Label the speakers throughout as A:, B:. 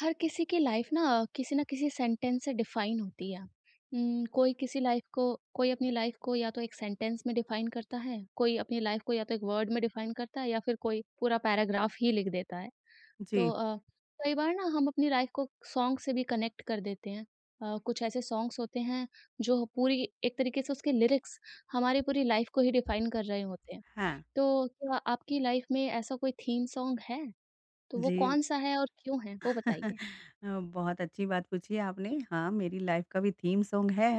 A: हर किसी की लाइफ ना किसी सेंटेंस से डिफाइन होती है कोई अपनी लाइफ को या तो एक सेंटेंस में डिफाइन करता है कोई अपनी लाइफ को या तो एक वर्ड में डिफाइन करता है या फिर कोई पूरा पैराग्राफ ही लिख देता है। तो
B: जी,
A: कई बार ना हम अपनी लाइफ को सॉन्ग से भी कनेक्ट कर देते हैं। कुछ ऐसे सॉन्ग्स होते हैं जो पूरी एक तरीके से उसके लिरिक्स हमारी पूरी लाइफ को ही डिफाइन कर रहे होते हैं।
B: हाँ।
A: तो क्या आपकी लाइफ में ऐसा कोई थीम सॉन्ग है तो वो
B: जी,
A: कौन सा है और क्यों है वो बताइए।
B: बहुत अच्छी बात पूछी है आपने। हाँ, मेरी लाइफ़ का भी थीम सॉन्ग है।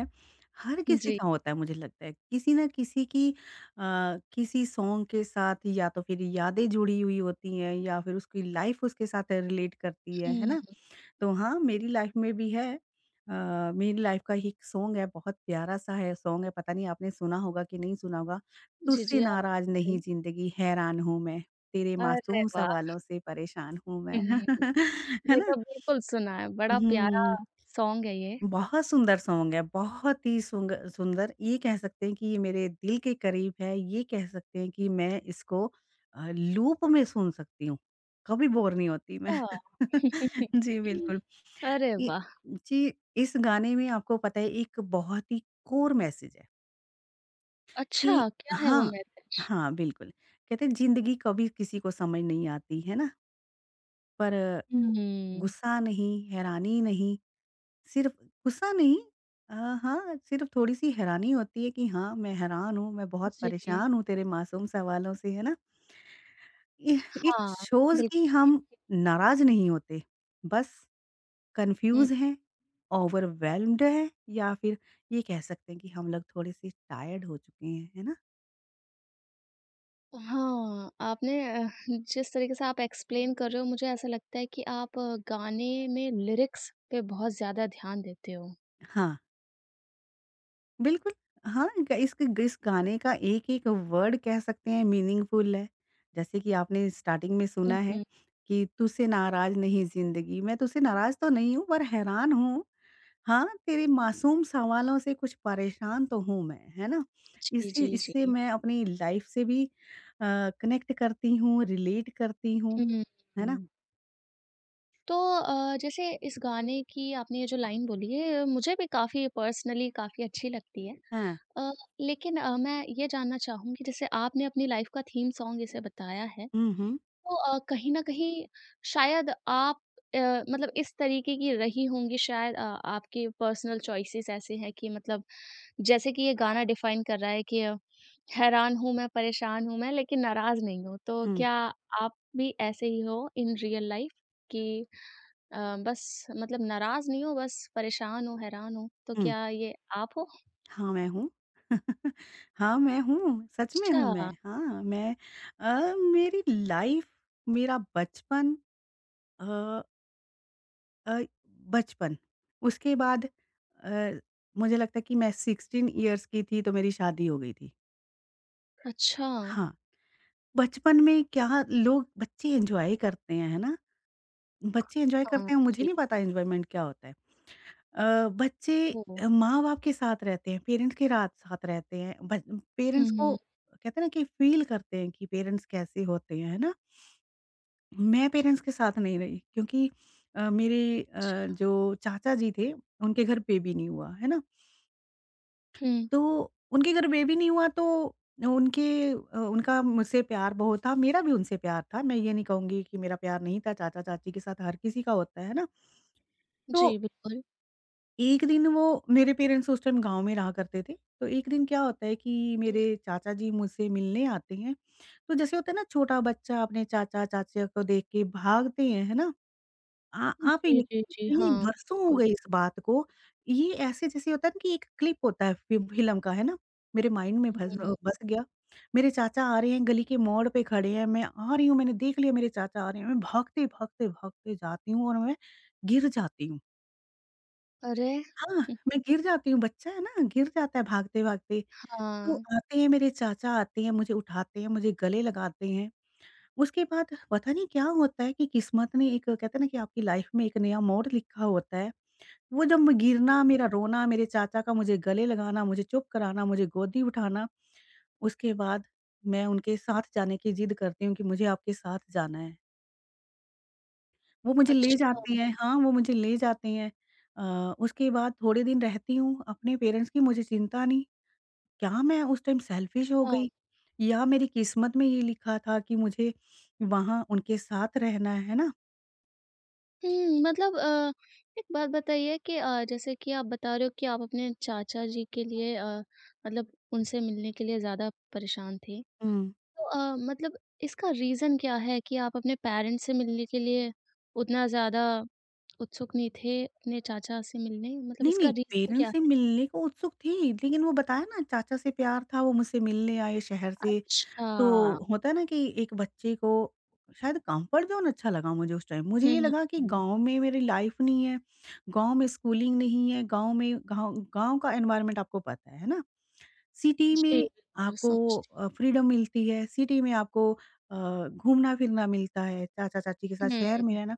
B: हर किसी
A: जी।
B: का होता है मुझे लगता है, किसी न किसी की किसी सॉन्ग के साथ या तो फिर यादें जुड़ी हुई होती हैं या फिर उसकी लाइफ़ उसके साथ रिलेट करती
A: हुँ,
B: है ना?
A: हुँ।
B: तो हाँ, मेरी लाइफ में भी है। मेरी लाइफ का ही एक सॉन्ग है, बहुत प्यारा-सा है सॉन्ग है, पता नहीं आपने सुना होगा कि नहीं सुना होगा।
A: जी,
B: तुझसे
A: जी, आप
B: नाराज़ नहीं
A: बताइए।
B: ज़िंदगी हैरान हूँ मैं, तेरे
A: अरे
B: मासूम
A: वाह!
B: सवालों से परेशान हूँ मैं।
A: हुँ,
B: है
A: ये
B: ना?
A: तो बिल्कुल सुना है, बड़ा प्यारा
B: हुँ।
A: सॉन्ग है ये।
B: बहुत सुंदर सॉन्ग है, बहुत ही सुंग सुंदर ये कह सकते हैं कि ये मेरे दिल के करीब है, ये कह सकते हैं कि मैं इसको लूप में सुन सकती हूँ, कभी बोर नहीं होती मैं।
A: हाँ।
B: जी, बिल्कुल।
A: अरे
B: इ
A: वाह!
B: जी, इस गाने में आपको पता है एक बहुत ही कोर मैसेज है कि
A: अच्छा, क्या है वो
B: हाँ,
A: मैसेज?
B: हाँ, बिल्कुल। कहते हैं ज़िंदगी कभी किसी को समझ नहीं आती, है ना? पर
A: हुँ,
B: गुस्सा नहीं, हैरानी नहीं सिर्फ गुस्सा नहीं अ, हाँ, सिर्फ थोड़ी-सी हैरानी होती है कि हाँ, मैं हैरान हूँ, मैं बहुत
A: जी।
B: परेशान हूँ तेरे मासूम सवालों से, है ना? इह इट
A: हाँ,
B: शोज़ कि
A: बिल्कुल।
B: हम नाराज़ नहीं होते, बस
A: हुँ।
B: कन्फ्यूज़ हैं, ओवरवेल्म्ड हैं या फिर ये कह सकते हैं कि हम लोग थोड़े-से टायर्ड हो चुके हैं, है ना?
A: हाँ, आपने जिस तरीके से आप एक्सप्लेन कर रहे हो, मुझे ऐसा लगता है कि आप गाने में लिरिक्स पे बहुत ज़्यादा ध्यान देते हो।
B: हाँ। बिल्कुल, हाँ, ग इस गाने का एक-एक वर्ड कह सकते हैं मीनिंगफुल है। जैसे कि आपने स्टार्टिंग में
A: हुँ,
B: सुना है
A: हुँ।
B: कि तुझसे नाराज़ नहीं ज़िंदगी, मैं तुझसे नाराज़ तो नहीं हूँ पर हैरान हूँ, हाँ, तेरे मासूम सवालों से कुछ परेशान तो हूँ मैं, है ना?
A: जी,
B: इससे
A: जी,
B: इससे
A: जी।
B: मैं अपनी लाइफ़ से भी कनेक्ट करती हूँ, रिलेट करती हूँ,
A: हुँ,
B: है ना?
A: हुँ। तो जैसे इस गाने की आपने ये जो लाइन बोली है मुझे भी काफ़ी पर्सनली काफ़ी अच्छी लगती है।
B: हाँ।
A: अ, लेकिन मैं ये जानना चाहूँगी जैसे आपने अपनी लाइफ़ का थीम सॉन्ग इसे बताया है।
B: हुँ, हुँ,
A: तो कहीं न कहीं शायद आप मतलब इस तरीके की रही होंगी शायद, आपके पर्सनल चॉइसेस ऐसे हैं कि मतलब जैसे कि ये गाना डिफाइन कर रहा है कि हैरान हूँ मैं, परेशान हूँ मैं लेकिन नाराज़ नहीं हूँ। तो
B: हुँ,
A: क्या आप भी ऐसे ही हो इन रियल लाइफ़ कि अ, बस मतलब नाराज़ नहीं हो, बस परेशान हो, हैरान हो? तो
B: हुँ।
A: क्या ये आप हो?
B: हाँ, मैं हूँ। हाँ, मैं हूँ, सच में
A: अच्छा,
B: हूँ मैं। हाँ, मैं मेरी लाइफ़, मेरा अ अ, बचपन, उसके बाद अ, मुझे लगता है कि मैं 16 इयर्स की थी तो मेरी शादी हो गई थी।
A: अच्छा।
B: हाँ, बचपन में क्या लोग बच्चे एन्जॉय करते हैं, है ना? बच्चे एन्जॉय
A: हाँ,
B: करते हैं, मुझे
A: जी।
B: नहीं पता एन्जॉयमेंट क्या होता है। बच्चे
A: ओह!
B: माँ-बाप के साथ रहते हैं, पेरेंट्स के रात साथ रहते हैं। बच
A: हुँ,
B: पेरेंट्स को
A: हुँ।
B: कहते हैं ना कि फ़ील करते हैं कि पेरेंट्स कैसे होते हैं, है ना? मैं
A: जी,
B: पेरेंट्स के साथ नहीं रही क्योंकि
A: अच्छा।
B: जो चाचा जी थे, उनके घर बेबी नहीं हुआ, है ना?
A: हुँ,
B: तो उनके घर बेबी नहीं हुआ तो उनके उनका मुझसे प्यार बहुत था, मेरा भी उनसे प्यार था। मैं ये नहीं कहूँगी कि मेरा प्यार नहीं था, चाचा-चाची के साथ हर किसी का होता है ना? तो
A: जी, बिल्कुल।
B: एक दिन वो मेरे पेरेंट्स उस टाइम गाँव में रहा करते थे, तो एक दिन क्या होता है कि मेरे चाचा जी मुझसे मिलने आते हैं, तो जैसे होता है ना छोटा बच्चा अपने चाचा-चाचियों को देख के भागते हैं, है ना? आ आप
A: जी,
B: यकीन
A: जी, जी।
B: करिए
A: हाँ,
B: बरसों हो
A: बिल्कुल।
B: गए इस बात को, ये ऐसे जैसे होता है ना कि एक क्लिप होता है फि फ़िल्म का, है ना? मेरे माइंड में
A: हुँ।
B: बस गया। मेरे चाचा आ रहे हैं, गली के मोड़ पे खड़े हैं, मैं आ रही हूँ, मैंने देख लिया मेरे चाचा आ रहे हैं, मैं भागते, भागते, भागते जाती हूँ और मैं गिर जाती हूँ।
A: अरे!
B: हाँ,
A: हुँ,
B: मैं गिर जाती हूँ, बच्चा है ना, गिर जाता है भागते-भागते। तो
A: हाँ।
B: आते हैं मेरे चाचा आते हैं, मुझे उठाते हैं, मुझे गले लगाते हैं। उसके बाद पता नहीं क्या होता है कि किस्मत ने एक कहते हैं ना कि आपकी लाइफ में एक नया मोड़ लिखा होता है। वो जब मैं गिरना, मेरा रोना, मेरे चाचा का मुझे गले लगाना, मुझे चुप कराना, मुझे गोदी उठाना, उसके बाद मैं उनके साथ जाने की ज़िद करती हूँ कि मुझे आपके साथ जाना है। वो मुझे ले ओह!
A: अच्छा,
B: जाते हैं हाँ, वो मुझे ले जाते हैं। उसके बाद थोड़े दिन रहती हूँ, अपने पेरेंट्स की मुझे चिंता नहीं। क्या मैं उस टाइम सेल्फिश हो
A: अच्छा।
B: गई? या मेरी किस्मत में ये लिखा था कि मुझे वहाँ उनके साथ रहना है ना?
A: हुँ, मतलब एक बात बताइए कि जैसे कि आप बता रहे हो कि आप अपने चाचा जी के लिए, मतलब उनसे मिलने के लिए ज़्यादा परेशान थे।
B: हुँ।
A: तो मतलब इसका रीज़न क्या है कि आप अपने पेरेंट्स से मिलने के लिए उतना ज़्यादा उत्सुक नहीं थे, अपने चाचा से मिलने? मतलब
B: नहीं,
A: इसका
B: नहीं
A: रीज़न क्या
B: पेरेंट्स से
A: है?
B: मिलने को उत्सुक थी, लेकिन वो बताया ना चाचा से प्यार था, वो मुझसे मिलने आए शहर से। तो
A: अच्छा।
B: होता है ना कि एक बच्चे को शायद कम्फर्ट ज़ोन अच्छा लगा मुझे उस टाइम। मुझे
A: हुँ,
B: ये
A: हुँ,
B: लगा कि
A: हुँ।
B: गाँव में मेरी लाइफ नहीं है, गाँव में स्कूलिंग नहीं है, गाँव में गाँव गाँव का एनवायरनमेंट आपको पता है ना? सिटी
A: जी,
B: में
A: बिल्कुल
B: आपको
A: समझती
B: फ्रीडम मिलती है, सिटी में आपको घूमना-फिरना मिलता है, चाचा-चाची के साथ
A: हूँ। हुँ।
B: शहर में रहना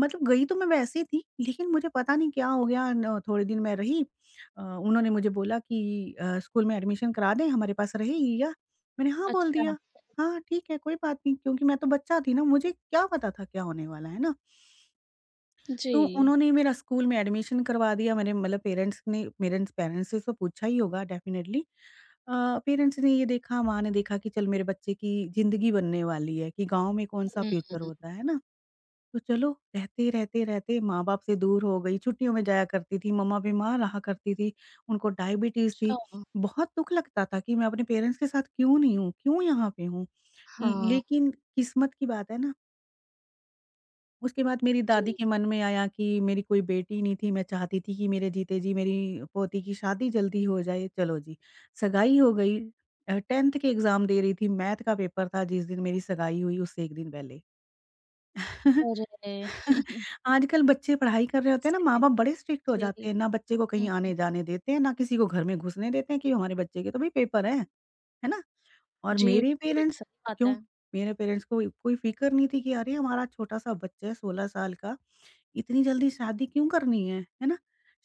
B: मतलब गई तो मैं वैसे थी, लेकिन मुझे पता नहीं क्या हो गया न थोड़े दिन मैं रही उन्होंने मुझे बोला कि "स्कूल में एडमिशन करा दें, हमारे पास रहेगी क्या?" मैंने हाँ बोल
A: अच्छा।
B: दिया। "हाँ, ठीक है, कोई बात नहीं" क्योंकि मैं तो बच्चा थी ना, मुझे क्या पता था क्या होने वाला है ना?
A: जी।
B: तो उन्होंने मेरा स्कूल में एडमिशन करवा दिया, मेरे मतलब पेरेंट्स ने मेरे पेरेंट्स से तो पूछा ही होगा डेफ़िनेटली। पेरेंट्स ने ये देखा, माँ ने देखा कि चल मेरे बच्चे की ज़िंदगी बनने वाली है कि गाँव में कौन-सा
A: हुँ,
B: फ्यूचर होता है ना? तो चलो रहते, रहते, रहते माँ-बाप से दूर हो गई, छुट्टियों में जाया करती थी, मम्मा बीमार रहा करती थी, उनको डायबिटीज़ थी।
A: अच्छा।
B: बहुत दुःख लगता था कि मैं अपने पेरेंट्स के साथ क्यों नहीं हूँ, क्यों यहाँ पे हूँ? ल
A: हाँ।
B: लेकिन किस्मत की बात है ना उसके बाद मेरी
A: जी,
B: दादी के मन में आया कि मेरी कोई बेटी नहीं थी, मैं चाहती थी कि मेरे जीते जी मेरी पोती की शादी जल्दी हो जाए, चलो जी, सगाई हो गई। 10th के एग्ज़ाम दे रही थी, मैथ का पेपर था जिस दिन मेरी सगाई हुई उससे 1 दिन पहले।
A: अरे!
B: आजकल बच्चे पढ़ाई कर रहे होते हैं ना,
A: सही
B: माँ-बाप बड़े स्ट्रिक्ट हो
A: जी,
B: जाते हैं, ना बच्चे को
A: हुँ,
B: कहीं आने-जाने देते हैं, ना किसी को घर में घुसने देते हैं कि हमारे बच्चे के तो भई पेपर हैं, है ना? और
A: जी, बिल्कुल, सही बात
B: क्यों
A: है।
B: मेरे पेरेंट्स को कोई फ़िक्र नहीं थी कि अरे! हमारा छोटा-सा बच्चा है 16 साल का इतनी जल्दी शादी क्यों करनी है ना?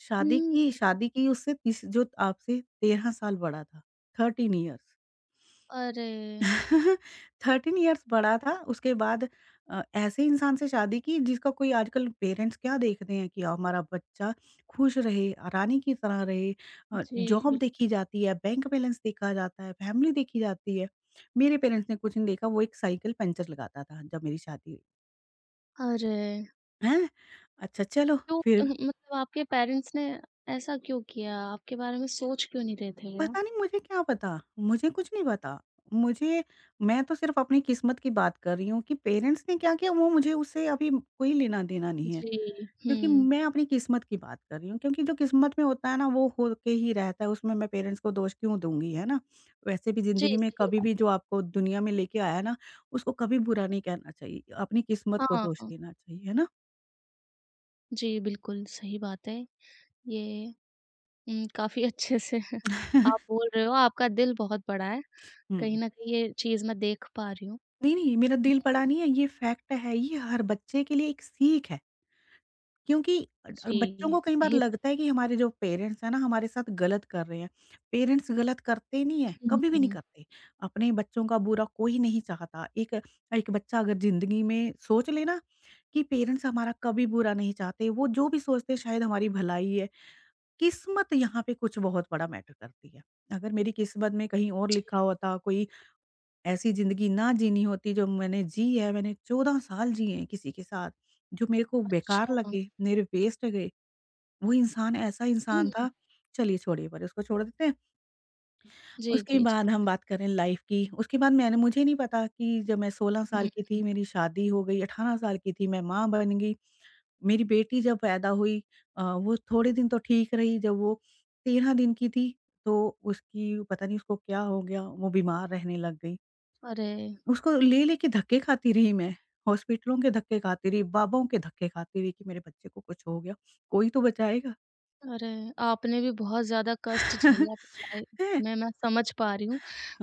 B: शादी की
A: हुँ,
B: शादी की उससे तीस जो आपसे 13 साल बड़ा था, 13 इयर्स
A: अरे!
B: 13 इयर्स बड़ा था, उसके बाद ऐसे इंसान से शादी की जिसका कोई आजकल पेरेंट्स क्या देखते हैं कि हमारा बच्चा खुश रहे, रानी की तरह रहे।
A: जी,
B: जॉब
A: बिल
B: देखी जाती है, बैंक बैलेंस देखा जाता है, फैमिली देखी जाती है। मेरे पेरेंट्स ने कुछ नहीं देखा, वो एक साइकिल पंचर लगाता था जब मेरी शादी हुई।
A: अरे!
B: हैं? अच्छा चलो
A: तो
B: फिर
A: मतलब आपके पेरेंट्स ने ऐसा क्यों किया? आपके बारे में सोच क्यों नहीं रहे थे वो?
B: पता नहीं मुझे क्या पता, मुझे कुछ नहीं पता। मुझे मैं तो सिर्फ़ अपनी किस्मत की बात कर रही हूँ कि पेरेंट्स ने क्या किया वो मुझे उससे अभी कोई लेना-देना नहीं है।
A: जी,
B: क्योंकि
A: हुँ,
B: मैं अपनी किस्मत की बात कर रही हूँ क्योंकि जो किस्मत में होता है ना वो होके ही रहता है, उसमें मैं पेरेंट्स को दोष क्यों दूँगी, है ना? वैसे भी
A: जी,
B: ज़िंदगी में
A: सही
B: कभी भी
A: बात
B: जो आपको दुनिया में लेके आया है ना, उसको कभी बुरा नहीं कहना चाहिए, अपनी किस्मत
A: हाँ,
B: को दोष
A: हाँ,
B: देना चाहिए, है ना?
A: जी, बिल्कुल सही बात है। ये काफ़ी अच्छे से आप बोल रहे हो, आपका दिल बहुत बड़ा है। कहीं
B: हुँ।
A: न कहीं ये चीज़ मैं देख पा रही हूँ।
B: नहीं, नहीं मेरा दिल
A: हुँ,
B: बड़ा नहीं है, ये फैक्ट है, ये हर बच्चे के लिए एक सीख है। क्योंकि
A: जी,
B: बच्चों को कई बार
A: सही बात
B: लगता है कि हमारे जो पेरेंट्स हैं ना, हमारे साथ गलत कर रहे हैं। पेरेंट्स गलत करते नहीं हैं,
A: है।
B: कभी भी नहीं
A: हुँ,
B: करते। अपने बच्चों का बुरा कोई नहीं चाहता। एक एक बच्चा अगर ज़िंदगी में सोच ले ना कि पेरेंट्स हमारा कभी बुरा नहीं चाहते, वो जो भी सोचते हैं शायद हमारी भलाई है। किस्मत यहाँ पे कुछ बहुत बड़ा मैटर करती है। अगर मेरी किस्मत में कहीं और लिखा
A: जी।
B: होता, कोई ऐसी ज़िंदगी ना जीनी होती जो मैंने जी है, मैंने 14 साल जिए हैं किसी के साथ, जो मेरे को बेकार
A: अच्छा,
B: लगे, मेरे वेस्ट गए। वो इंसान ऐसा इंसान
A: हुँ,
B: था चलिए छोड़िए पर उसको छोड़ देते हैं।
A: जी,
B: उसके
A: जी,
B: बाद
A: जी।
B: हम बात करें लाइफ की, उसके बाद मैंने मुझे नहीं पता कि जब मैं 16
A: हुँ,
B: साल की थी मेरी शादी हो गई, 18 साल की थी मैं माँ बन गई। मेरी बेटी जब पैदा हुई वो थोड़े दिन तो ठीक रही जब वो 13 दिन की थी तो उसकी पता नहीं उसको क्या हो गया वो बीमार रहने लग गई।
A: अरे!
B: उसको ले-ले के धक्के खाती रही मैं, हॉस्पिटलों के धक्के खाती रही, बाबाओं के धक्के खाती रही कि मेरे बच्चे को कुछ हो गया, कोई तो बचाएगा।
A: अरे! आपने भी बहुत ज़्यादा कष्ट झेले अपनी लाइफ
B: हैं।
A: में, मैं समझ पा रही हूँ।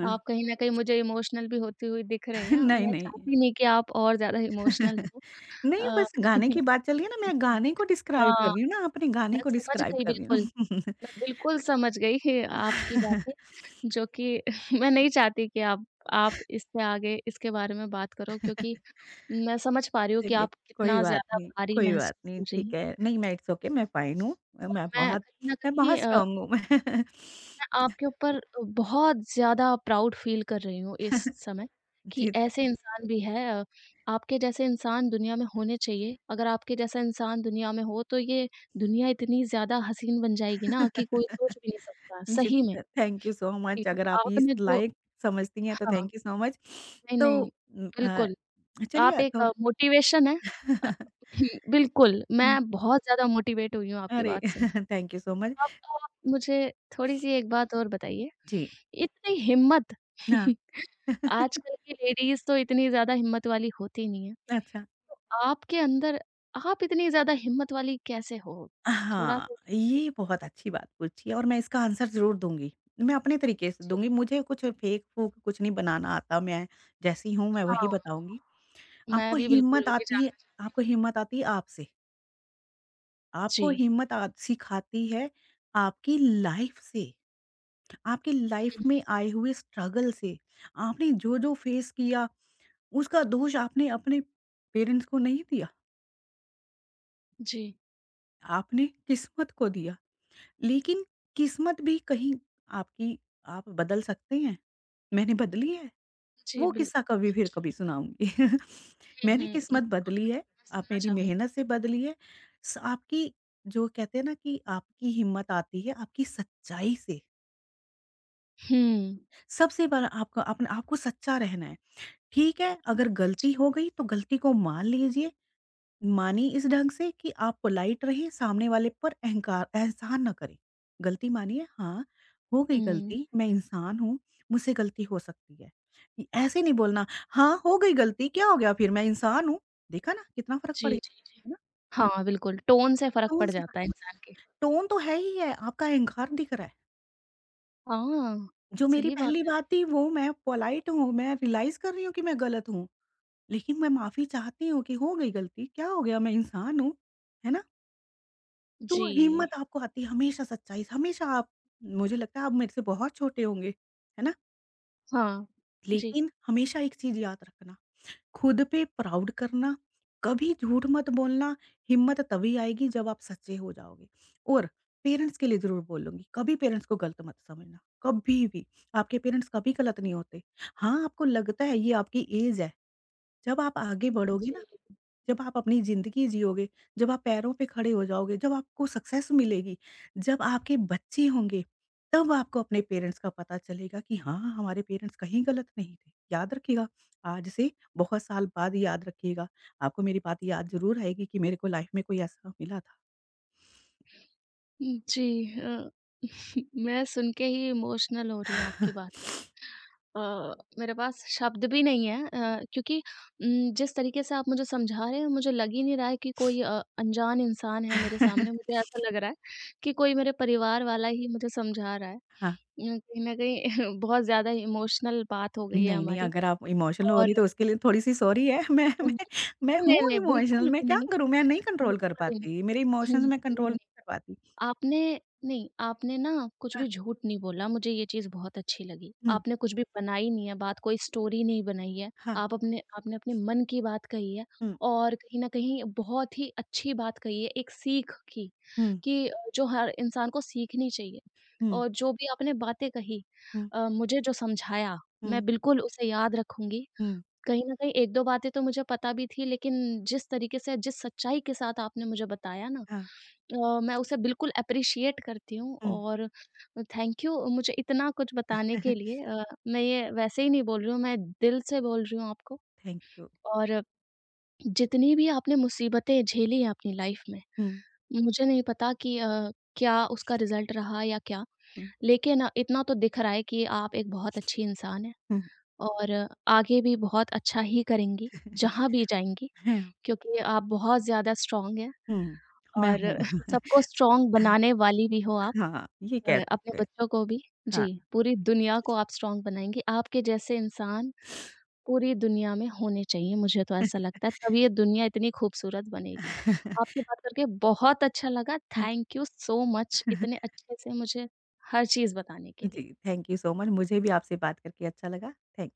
A: आप कहीं न कहीं मुझे इमोशनल भी होती हुई दिख रही हैं,
B: नहीं,
A: मैं
B: नहीं।
A: चाहती नहीं कि आप और ज़्यादा इमोशनल हों।
B: नहीं,
A: अ,
B: बस गाने की बात चल रही है ना, मैं
A: जी,
B: गाने को डिस्क्राइब
A: हाँ,
B: कर रही हूँ ना, अपने गाने
A: मैं
B: को
A: समझ
B: डिस्क्राइब
A: गई
B: कर रही
A: बिल्कुल,
B: हूँ।
A: मैं बिल्कुल समझ गई है आपकी बातें, जो कि मैं नहीं चाहती कि आप इससे आगे इसके बारे में बात करो क्योंकि मैं समझ पा रही हूँ कि
B: चलिए,
A: आप कितना ज़्यादा भारी
B: कोई बात
A: महसूस
B: नहीं,
A: कर रही हैं।
B: ठीक है। नहीं, मैं इट्स ओके, मैं फ़ाइन हूँ। अ,
A: और
B: मैं
A: मैं
B: बहुत
A: कहीं न
B: मैं
A: कहीं
B: बहुत स्ट्रॉन्ग हूँ। मैं
A: मैं आपके ऊपर बहुत ज़्यादा प्राउड फ़ील कर रही हूँ इस समय कि
B: जी, थ
A: ऐसे इंसान भी है, आपके जैसे इंसान दुनिया में होने चाहिए। अगर आपके जैसा इंसान दुनिया में हो तो ये दुनिया इतनी ज़्यादा हसीन बन जाएगी ना कि कोई सोच भी नहीं सकता,
B: जी,
A: सही में।
B: थ थैंक यू सो
A: जी,
B: मच। अगर आप इस
A: आपने जो
B: लायक समझती हैं, तो
A: हाँ,
B: थैंक यू सो मच।
A: नहीं,
B: तो
A: नहीं,
B: उम, अ,
A: बिल्कुल। आप
B: चलिए
A: एक
B: तो
A: मोटिवेशन हैं। अ, बिल्कुल,
B: हुँ,
A: मैं बहुत ज़्यादा मोटिवेट हुई हूँ आपकी
B: अरे!
A: बात से।
B: Thank you so much.
A: अब आप मुझे थोड़ी-सी एक बात और बताइए,
B: जी,
A: इतनी हिम्मत
B: हाँ।
A: आजकल की लेडीज़ तो इतनी ज़्यादा हिम्मत वाली होती नहीं है,
B: अच्छा।
A: तो आपके अंदर आप इतनी ज़्यादा हिम्मत वाली कैसे हो?
B: हाँ,
A: थोड़ा-सा
B: ये बहुत अच्छी बात पूछी है और मैं इसका आंसर ज़रूर दूँगी। मैं अपने तरीके से
A: जी,
B: दूँगी, मुझे कुछ फेक-फूक कुछ नहीं बनाना आता, मैं जैसी हूँ मैं वही
A: हाँ,
B: बताऊँगी।
A: मैं
B: आपको
A: भी बिल्कुल
B: हिम्मत
A: वही
B: आती है
A: जानना चाह
B: आपको हिम्मत आती है आपसे, आपको
A: जी,
B: हिम्मत आ सिखाती है आपकी लाइफ़ से, आपकी लाइफ़
A: हुँ,
B: में आए हुए स्ट्रगल से। आपने जो-जो फेस किया, उसका दोष आपने अपने पेरेंट्स को नहीं दिया,
A: जी,
B: आपने किस्मत को दिया। लेकिन किस्मत भी कहीं आपकी आप बदल सकते हैं। मैंने बदली है,
A: जी,
B: वो
A: बिल
B: किस्सा कभी फिर कभी सुनाऊँगी।
A: हुँ,
B: मैंने
A: हुँ,
B: किस्मत बदली है,
A: मैं
B: आप
A: सुनना
B: मेरी
A: चाहूँ
B: मेहनत से बदली है। स आपकी जो कहते हैं ना कि आपकी हिम्मत आती है आपकी सच्चाई से।
A: हुँ,
B: सबसे बड़ा आपका अपना आपको सच्चा रहना है। ठीक है, अगर
A: जी,
B: गलती हो गई तो गलती को मान लीजिए माने इस ढंग से कि आप पोलाइट रहें, सामने वाले पर अहंकार एहसान ना करें। गलती मानिए हाँ, हो गई
A: हुँ,
B: गलती, मैं इंसान हूँ, मुझसे गलती हो सकती है। इ ऐसे नहीं बोलना, हाँ, हो गई गलती, क्या हो गया फिर मैं इंसान हूँ। देखा ना कितना फ़र्क
A: जी,
B: पड़ गया,
A: जी, जी।
B: है ना?
A: हाँ, बिल्कुल, टोन से फ़र्क
B: टोन
A: पड़
B: से फ़र्क
A: जाता है इंसान के।
B: पड़ता है। टोन तो है ही है, आपका अहंकार दिख रहा है।
A: हाँ,
B: जो मेरी
A: सही बात
B: पहली
A: है।
B: बात थी वो मैं पोलाइट हूँ, मैं रियलाइज़ कर रही हूँ कि मैं गलत हूँ, लेकिन मैं माफ़ी चाहती हूँ कि हो गई गलती, क्या हो गया मैं इंसान हूँ। है ना? तो
A: जी,
B: हिम्मत आपको आती है हमेशा सच्चाई से, हमेशा आप मुझे लगता है आप मेरे से बहुत छोटे होंगे, है ना?
A: हाँ, जी।
B: लेकिन हमेशा एक चीज़ याद रखना, खुद पे प्राउड करना, कभी झूठ मत बोलना, हिम्मत तभी आएगी जब आप सच्चे हो जाओगे। और पेरेंट्स के लिए ज़रूर बोलूँगी, कभी पेरेंट्स को गलत मत समझना, कभी भी। आपके पेरेंट्स कभी गलत नहीं होते। हाँ, आपको लगता है ये आपकी ऐज है, जब आप आगे हुँ। बढ़ोगे
A: जी।
B: ना जब आप अपनी ज़िंदगी जियोगे, जब आप पैरों पे खड़े हो जाओगे, जब आपको सक्सेस मिलेगी, जब आपके बच्चे होंगे, तब आपको अपने पेरेंट्स का पता चलेगा कि हाँ, हमारे पेरेंट्स कहीं गलत नहीं थे। याद रखिएगा, आज से बहुत साल बाद याद रखिएगा। आपको मेरी बात याद ज़रूर आएगी कि मेरे को लाइफ में कोई ऐसा मिला था।
A: जी मैं सुन के ही इमोशनल हो रही हूँ आपकी बात पे। मेरे पास शब्द भी नहीं है, क्योंकि जिस तरीके से आप मुझे समझा रहे हैं मुझे लग ही नहीं रहा है कि कोई अनजान इंसान है मेरे सामने। मुझे ऐसा लग रहा है कि कोई मेरे परिवार वाला ही मुझे समझा रहा है।
B: हाँ।
A: कहीं न कहीं बहुत ज़्यादा इमोशनल बात हो गई है
B: नहीं, नहीं,
A: हमारी
B: अगर आप इमोशनल हो
A: और
B: रही तो उसके लिए थोड़ी-सी सॉरी है। मैं
A: हुँ,
B: मैं मैं
A: नहीं,
B: हूँ
A: नहीं, नहीं
B: इमोशनल,
A: बिल्कुल भी
B: मैं क्या
A: नहीं,
B: करूँ? मैं नहीं कंट्रोल कर
A: बिल्कुल भी
B: पाती,
A: नहीं।
B: मेरे इमोशंस
A: हुँ,
B: मैं कंट्रोल
A: नहीं।
B: नहीं कर पाती।
A: आपने नहीं, आपने ना कुछ
B: हाँ,
A: भी झूठ नहीं बोला, मुझे ये चीज़ बहुत अच्छी लगी।
B: हुँ,
A: आपने कुछ भी बनाई नहीं है बात, कोई स्टोरी नहीं बनाई है।
B: हाँ,
A: आप अपने आपने अपने मन की बात कही है
B: हुँ।
A: और कहीं न कहीं बहुत ही अच्छी बात कही है, एक सीख की,
B: हुँ,
A: कि जो हर इंसान को सीखनी चाहिए।
B: हुँ,
A: और जो भी आपने बातें कही,
B: हुँ,
A: मुझे जो समझाया, मैं
B: हुँ,
A: बिल्कुल उसे याद रखूँगी।
B: हुँ,
A: कहीं न कहीं 1-2 बातें तो मुझे पता भी थी, लेकिन जिस तरीके से, जिस सच्चाई के साथ आपने मुझे बताया ना,
B: हाँ,
A: मैं उसे बिल्कुल एप्रिशिएट करती हूँ
B: हुँ,
A: और थैंक यू मुझे इतना कुछ बताने के लिए। मैं ये वैसे ही नहीं बोल रही हूँ, मैं दिल से बोल रही हूँ आपको।
B: Thank you.
A: और जितनी भी आपने मुसीबतें झेली हैं अपनी लाइफ़ में,
B: हुँ,
A: मुझे नहीं पता कि क्या उसका रिज़ल्ट रहा या क्या,
B: हुँ,
A: लेकिन इतना तो दिख रहा है कि आप एक बहुत अच्छी इंसान हैं
B: हुँ,
A: और आगे भी बहुत अच्छा ही करेंगी, जहाँ भी जाएँगी
B: हैं,
A: क्योंकि आप बहुत ज़्यादा स्ट्रॉन्ग हैं
B: हुँ, मैं
A: और
B: हूँ।
A: सबको स्ट्रॉन्ग बनाने वाली भी हो आप।
B: हाँ, ये कह
A: अपने
B: सकते हैं।
A: बच्चों को भी
B: हाँ,
A: जी, पूरी दुनिया को आप स्ट्रॉन्ग बनाएँगी। आपके जैसे इंसान पूरी दुनिया में होने चाहिए, मुझे तो ऐसा लगता है, तब ये दुनिया इतनी खूबसूरत बनेगी। आपसे बात करके बहुत अच्छा लगा, थैंक यू सो मच इतने अच्छे से मुझे हर चीज़ बताने के
B: जी,
A: लिए।
B: Thank you so much. मुझे भी आपसे बात करके अच्छा लगा। थैंक